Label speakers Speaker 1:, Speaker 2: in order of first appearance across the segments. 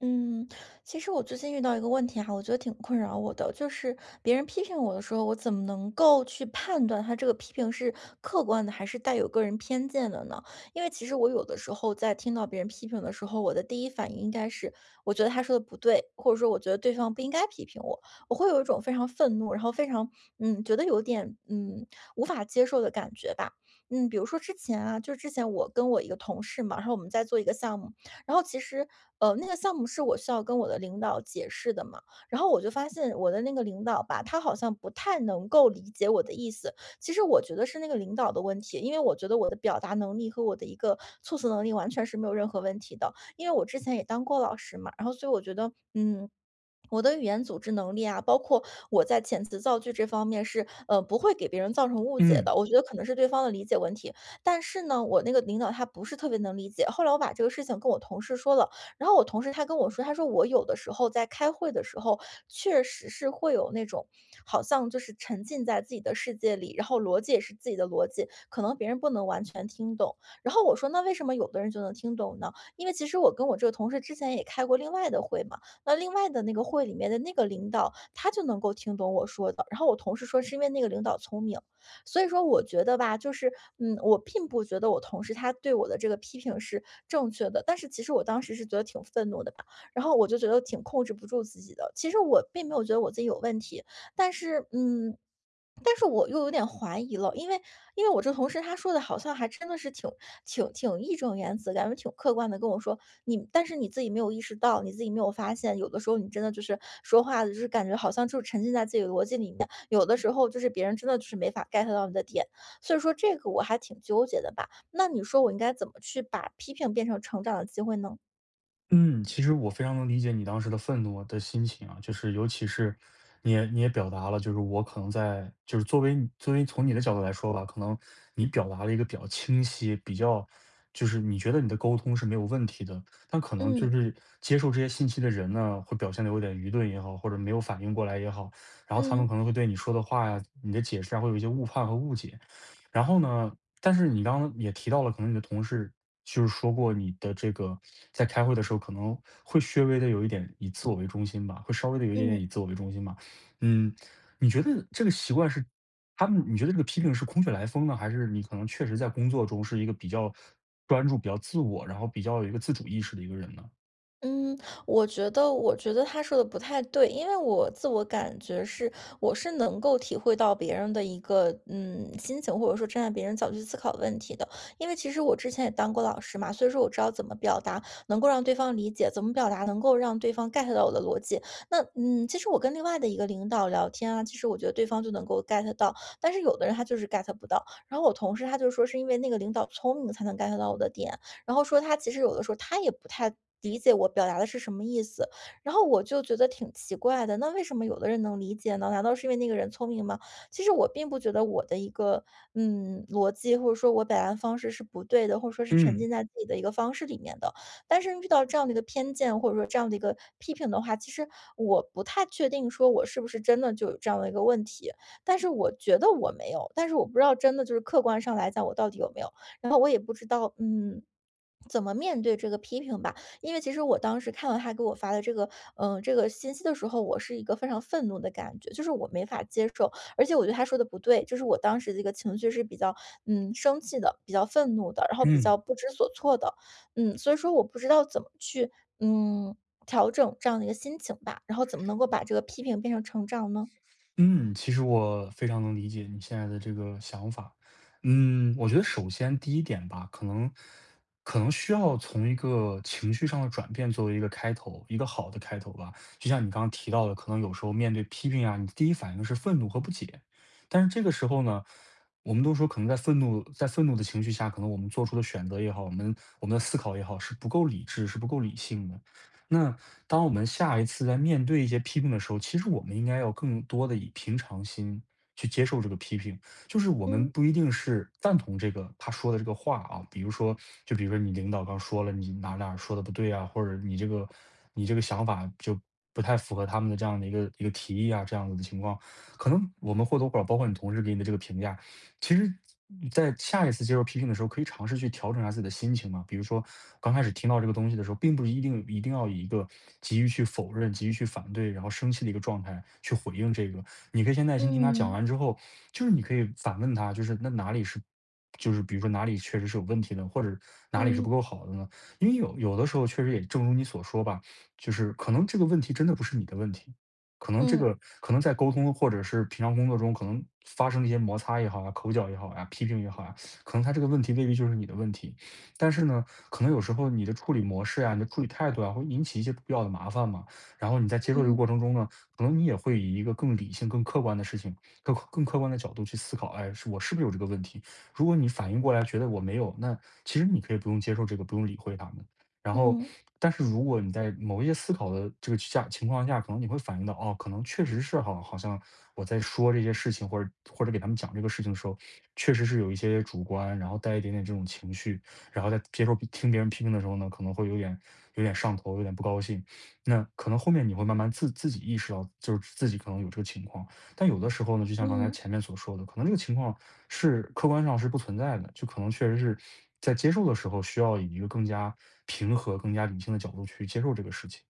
Speaker 1: 嗯，其实我最近遇到一个问题哈，我觉得挺困扰我的，就是别人批评我的时候，我怎么能够去判断他这个批评是客观的，还是带有个人偏见的呢？因为其实我有的时候在听到别人批评的时候，我的第一反应应该是，我觉得他说的不对，或者说我觉得对方不应该批评我，我会有一种非常愤怒，然后非常觉得有点无法接受的感觉吧。比如说之前啊，就是之前我跟我一个同事嘛，然后我们在做一个项目。然后其实，那个项目是我需要跟我的领导解释的嘛，然后我就发现我的那个领导吧，他好像不太能够理解我的意思。其实我觉得是那个领导的问题，因为我觉得我的表达能力和我的一个措辞能力完全是没有任何问题的，因为我之前也当过老师嘛，然后所以我觉得。我的语言组织能力啊，包括我在遣词造句这方面是，不会给别人造成误解
Speaker 2: 嗯
Speaker 1: 的。我觉得可能是对方的理解问题，但是呢，我那个领导他不是特别能理解。后来我把这个事情跟我同事说了，然后我同事他跟我说，他说我有的时候在开会的时候，确实是会有那种好像就是沉浸在自己的世界里，然后逻辑也是自己的逻辑，可能别人不能完全听懂。然后我说，那为什么有的人就能听懂呢？因为其实我跟我这个同事之前也开过另外的会嘛，那另外的那个会里面的那个领导，他就能够听懂我说的。然后我同事说，是因为那个领导聪明。所以说我觉得吧，就是，我并不觉得我同事他对我的这个批评是正确的，但是其实我当时是觉得挺愤怒的吧，然后我就觉得挺控制不住自己的。其实我并没有觉得我自己有问题，但是，嗯，但是我又有点怀疑了，因为我这同事他说的好像还真的是挺义正言辞，感觉挺客观的跟我说，你但是你自己没有意识到，你自己没有发现，有的时候你真的就是说话的，就是感觉好像就是沉浸在自己的逻辑里面，有的时候就是别人真的就是没法 get 到你的点，所以说这个我还挺纠结的吧。那你说我应该怎么去把批评变成成长的机会呢？
Speaker 2: 嗯，其实我非常能理解你当时的愤怒的心情啊，就是尤其是你也表达了，就是我可能在就是作为你作为从你的角度来说吧，可能你表达了一个比较清晰，比较就是你觉得你的沟通是没有问题的，但可能
Speaker 1: 嗯
Speaker 2: 就是接受这些信息的人呢，会表现的有点愚钝也好，或者没有反应过来也好，然后他们
Speaker 1: 嗯
Speaker 2: 可能会对你说的话呀、你的解释啊，会有一些误判和误解。然后呢，但是你刚刚也提到了，可能你的同事就是说过你的这个在开会的时候可能会稍微的有一点以自我为中心吧，会稍微的有一点
Speaker 1: 嗯。
Speaker 2: 点以自我为中心吧。嗯，你觉得这个习惯是他们你觉得这个批评是空穴来风呢，还是你可能确实在工作中是一个比较专注、比较自我，然后比较有一个自主意识的一个人呢？
Speaker 1: 嗯，我觉得他说的不太对，因为我自我感觉是，我是能够体会到别人的一个，心情，或者说站在别人角度去思考问题的。因为其实我之前也当过老师嘛，所以说我知道怎么表达能够让对方理解，怎么表达能够让对方 get 到我的逻辑。那，其实我跟另外的一个领导聊天啊，其实我觉得对方就能够 get 到，但是有的人他就是 get 不到。然后我同事他就说是因为那个领导聪明才能 get 到我的点，然后说他其实有的时候他也不太理解我表达的是什么意思，然后我就觉得挺奇怪的，那为什么有的人能理解呢？难道是因为那个人聪明吗？其实我并不觉得我的一个逻辑或者说我表达方式是不对的，或者说是沉浸
Speaker 2: 嗯，
Speaker 1: 在自己的一个方式里面的。但是遇到这样的一个偏见或者说这样的一个批评的话，其实我不太确定说我是不是真的就有这样的一个问题，但是我觉得我没有，但是我不知道真的就是客观上来讲我到底有没有。然后我也不知道，怎么面对这个批评吧。因为其实我当时看到他给我发的这个信息的时候，我是一个非常愤怒的感觉，就是我没法接受，而且我觉得他说的不对，就是我当时这个情绪是比较，生气的，比较愤怒的，然后比
Speaker 2: 嗯。
Speaker 1: 较不知所措的，所以说我不知道怎么去，嗯，调整这样的一个心情吧，然后怎么能够把这个批评变成成长呢？
Speaker 2: 嗯，其实我非常能理解你现在的这个想法。嗯，我觉得首先第一点吧，可能需要从一个情绪上的转变作为一个开头，一个好的开头吧。就像你刚刚提到的，可能有时候面对批评啊，你第一反应是愤怒和不解，但是这个时候呢，我们都说可能在愤怒的情绪下，可能我们做出的选择也好，我们的思考也好，是不够理智，是不够理性的。那当我们下一次在面对一些批评的时候，其实我们应该要更多的以平常心去接受这个批评。就是我们
Speaker 1: 嗯
Speaker 2: 不一定是赞同这个他说的这个话啊，比如说，就比如说你领导刚说了你哪哪说的不对啊，或者你这个想法就不太符合他们的这样的一个提议啊，这样子的情况，可能我们或多或少包括你同事给你的这个评价，其实在下一次接受批评的时候，可以尝试去调整一下自己的心情嘛。比如说，刚开始听到这个东西的时候，并不是一定要以一个急于去否认、急于去反对，然后生气的一个状态去回应这个。你可以先耐心听他讲
Speaker 1: 嗯
Speaker 2: 完之后，就是你可以反问他，就是那哪里是，就是比如说哪里确实是有问题的，或者哪里是不
Speaker 1: 嗯
Speaker 2: 够好的呢？因为有的时候确实也正如你所说吧，就是可能这个问题真的不是你的问题。可能这
Speaker 1: 嗯
Speaker 2: 个可能在沟通或者是平常工作中，可能发生一些摩擦也好啊，口角也好呀，批评也好呀，可能他这个问题未必就是你的问题。但是呢，可能有时候你的处理模式呀，你的处理态度啊，会引起一些不必要的麻烦嘛。然后你在接受这个
Speaker 1: 嗯
Speaker 2: 过程中呢，可能你也会以一个更理性、更客观的事情、更客观的角度去思考，哎，是我是不是有这个问题？如果你反应过来觉得我没有，那其实你可以不用接受这个，不用理会他们。然后，
Speaker 1: 嗯
Speaker 2: 但是如果你在某一些思考的这个下情况下，可能你会反映到，哦，可能确实是好，好像我在说这些事情，或者或者给他们讲这个事情的时候，确实是有一些主观，然后带一点点这种情绪，然后在接受听别人批评的时候呢，可能会有点上头，有点不高兴。那可能后面你会慢慢自己意识到，就是自己可能有这个情况。但有的时候呢，就像刚才
Speaker 1: 嗯。
Speaker 2: 前面所说的，可能这个情况是客观上是不存在的，就可能确实是在接受的时候，需要以一个更加平和、更加理性的角度去接受这个事情。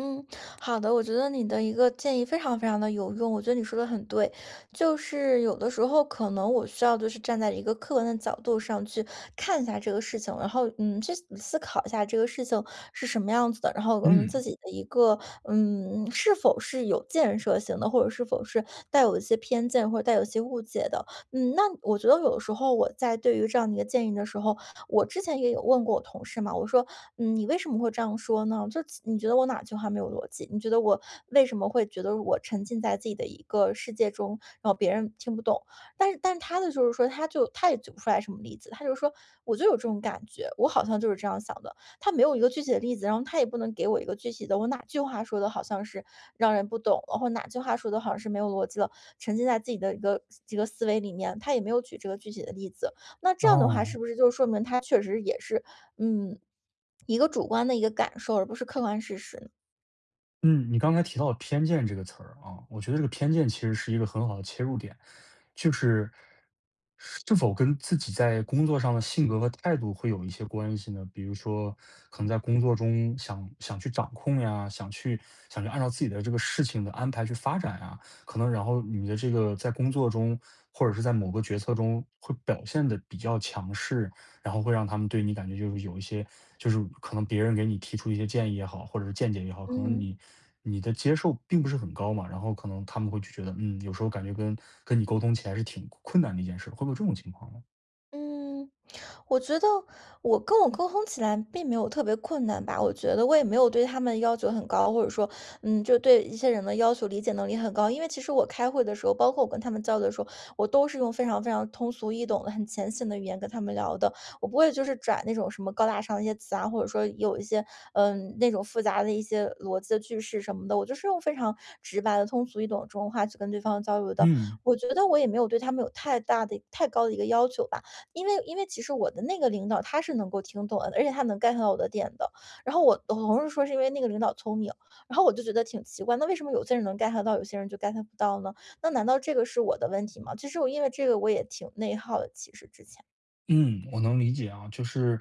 Speaker 1: 嗯，好的，我觉得你的一个建议非常非常的有用，我觉得你说的很对，就是有的时候可能我需要就是站在一个客观的角度上去看一下这个事情，然后去思考一下这个事情是什么样子的，然后我们自
Speaker 2: 嗯，
Speaker 1: 己的一个是否是有建设性的，或者是否是带有一些偏见或者带有一些误解的，那我觉得有时候我在对于这样的一个建议的时候，我之前也有问过我同事嘛，我说你为什么会这样说呢？就你觉得我哪句话没有逻辑？你觉得我为什么会觉得我沉浸在自己的一个世界中，然后别人听不懂？但是，他的就是说，他也举不出来什么例子，他就说我就有这种感觉，我好像就是这样想的。他没有一个具体的例子，然后他也不能给我一个具体的，我哪句话说的好像是让人不懂然后哪句话说的好像是没有逻辑了，沉浸在自己的一个这个思维里面，他也没有举这个具体的例子。那这样的话，是
Speaker 2: 哦。
Speaker 1: 不是就说明他确实也是嗯，一个主观的一个感受，而不是客观事实呢？
Speaker 2: 嗯，你刚才提到"偏见"这个词儿啊，我觉得这个偏见其实是一个很好的切入点，就是是否跟自己在工作上的性格和态度会有一些关系呢？比如说，可能在工作中想去掌控呀，想去按照自己的这个事情的安排去发展呀，可能然后你的这个在工作中或者是在某个决策中会表现的比较强势，然后会让他们对你感觉就是有一些，就是可能别人给你提出一些建议也好，或者是见解也好，可能
Speaker 1: 嗯
Speaker 2: 你的接受并不是很高嘛，然后可能他们会就觉得，嗯，有时候感觉跟你沟通起来是挺困难的一件事，会不会有这种情况呢？
Speaker 1: 嗯。我觉得我跟我沟通起来并没有特别困难吧，我觉得我也没有对他们要求很高，或者说，就对一些人的要求理解能力很高。因为其实我开会的时候，包括我跟他们交流的时候，我都是用非常非常通俗易懂的、很浅显的语言跟他们聊的，我不会就是转那种什么高大上的一些词啊，或者说有一些那种复杂的一些逻辑的句式什么的，我就是用非常直白的、通俗易懂的中文话去跟对方交流的。
Speaker 2: 嗯。
Speaker 1: 我觉得我也没有对他们有太大的、太高的一个要求吧。因为其实我的那个领导他是能够听懂的，而且他能 get 到我的点的。然后我同事说是因为那个领导聪明，然后我就觉得挺奇怪，那为什么有些人能 get 到，有些人就 get 不到呢？那难道这个是我的问题吗？其实我因为这个我也挺内耗的，其实之前。
Speaker 2: 嗯，我能理解啊，就是，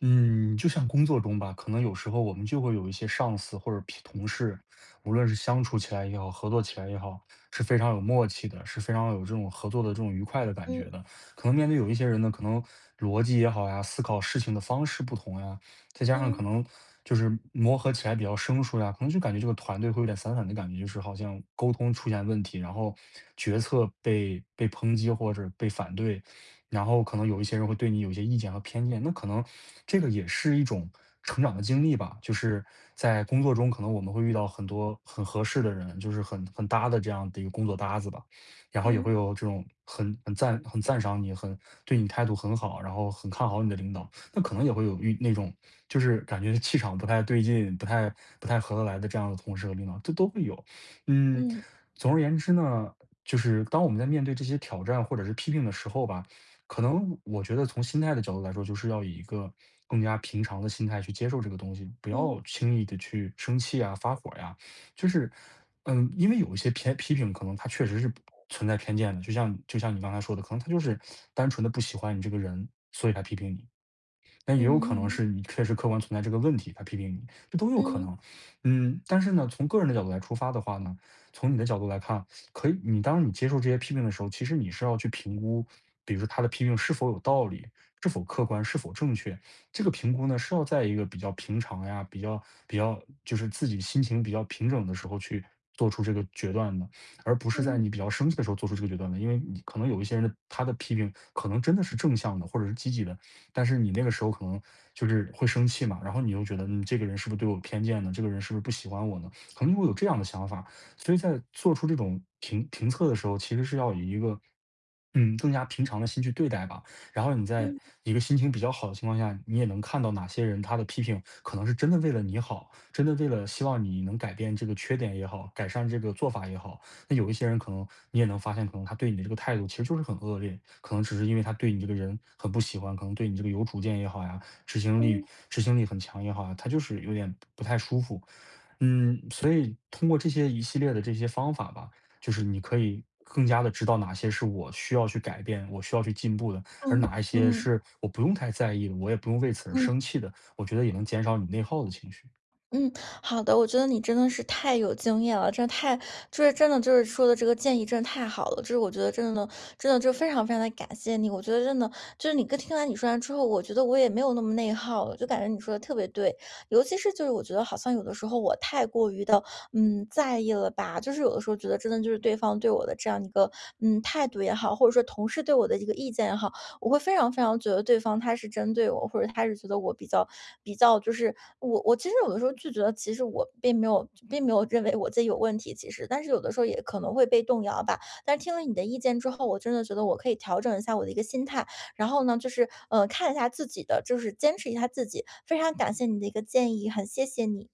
Speaker 2: 嗯，就像工作中吧，可能有时候我们就会有一些上司或者匹同事，无论是相处起来也好，合作起来也好，是非常有默契的，是非常有这种合作的这种愉快的感觉
Speaker 1: 嗯
Speaker 2: 的。可能面对有一些人呢，可能逻辑也好呀，思考事情的方式不同呀，再加上
Speaker 1: 嗯
Speaker 2: 可能就是磨合起来比较生疏呀，可能就感觉这个团队会有点散散的感觉，就是好像沟通出现问题，然后决策被抨击或者被反对。然后可能有一些人会对你有一些意见和偏见，那可能这个也是一种成长的经历吧。就是在工作中，可能我们会遇到很多很合适的人，就是很搭的这样的一个工作搭子吧。然后也会
Speaker 1: 嗯
Speaker 2: 有这种很赞赏你，很对你态度很好，然后很看好你的领导，那可能也会有遇那种就是感觉气场不太对劲、不太合得来的这样的同事和领导，这都会有。嗯，
Speaker 1: 嗯
Speaker 2: 总而言之呢，就是当我们在面对这些挑战或者是批评的时候吧，可能我觉得从心态的角度来说，就是要以一个更加平常的心态去接受这个东西，不要
Speaker 1: 嗯
Speaker 2: 轻易的去生气啊、发火呀。就是，嗯，因为有一些偏批评，可能他确实是存在偏见的，就像你刚才说的，可能他就是单纯的不喜欢你这个人，所以他批评你。但也有可能
Speaker 1: 嗯嗯
Speaker 2: 是你确实客观存在这个问题，他批评你，这都有可
Speaker 1: 嗯
Speaker 2: 能。嗯，但是呢，从个人的角度来出发的话呢，从你的角度来看，可以，你当你接受这些批评的时候，其实你是要去评估，比如说他的批评是否有道理，是否客观，是否正确。这个评估呢，是要在一个比较平常呀，比较就是自己心情比较平整的时候去做出这个决断的，而不是在
Speaker 1: 嗯
Speaker 2: 你比较生气的时候做出这个决断的。因为你可能有一些人的他的批评可能真的是正向的，或者是积极的，但是你那个时候可能就是会生气嘛，然后你又觉得，嗯，这个人是不是对我有偏见呢？这个人是不是不喜欢我呢？可能你会有这样的想法，所以在做出这种评测的时候，其实是要以一个嗯，更加平常的心去对待吧。然后你在
Speaker 1: 嗯
Speaker 2: 一个心情比较好的情况下，你也能看到哪些人他的批评可能是真的为了你好，真的为了希望你能改变这个缺点也好，改善这个做法也好。那有一些人可能你也能发现，可能他对你的这个态度其实就是很恶劣，可能只是因为他对你这个人很不喜欢，可能对你这个有主见也好呀，执行力
Speaker 1: 嗯
Speaker 2: 执行力很强也好啊，他就是有点不太舒服。嗯，所以通过这些一系列的这些方法吧，就是你可以更加的知道哪些是我需要去改变、我需要去进步的，而
Speaker 1: 嗯
Speaker 2: 哪一些
Speaker 1: 嗯
Speaker 2: 是我不用太在意的，我也不用为此而
Speaker 1: 嗯。
Speaker 2: 生气的，我觉得也能减少你内耗的情绪。
Speaker 1: 嗯，好的，我觉得你真的是太有经验了，真的太，就是真的就是说的这个建议真的太好了，就是我觉得真的真的就非常非常的感谢你，我觉得真的就是听完你说完之后，我觉得我也没有那么内耗了，就感觉你说的特别对，尤其是就是我觉得好像有的时候我太过于的在意了吧，就是有的时候觉得真的就是对方对我的这样一个态度也好，或者说同事对我的一个意见也好。我会非常非常觉得对方他是针对我，或者他是觉得我比较就是我其实有的时候就觉得，其实我并没有认为我自己有问题，其实，但是有的时候也可能会被动摇吧。但是听了你的意见之后，我真的觉得我可以调整一下我的一个心态，然后呢，就是看一下自己的，就是坚持一下自己。非常感谢你的一个建议，很谢谢你。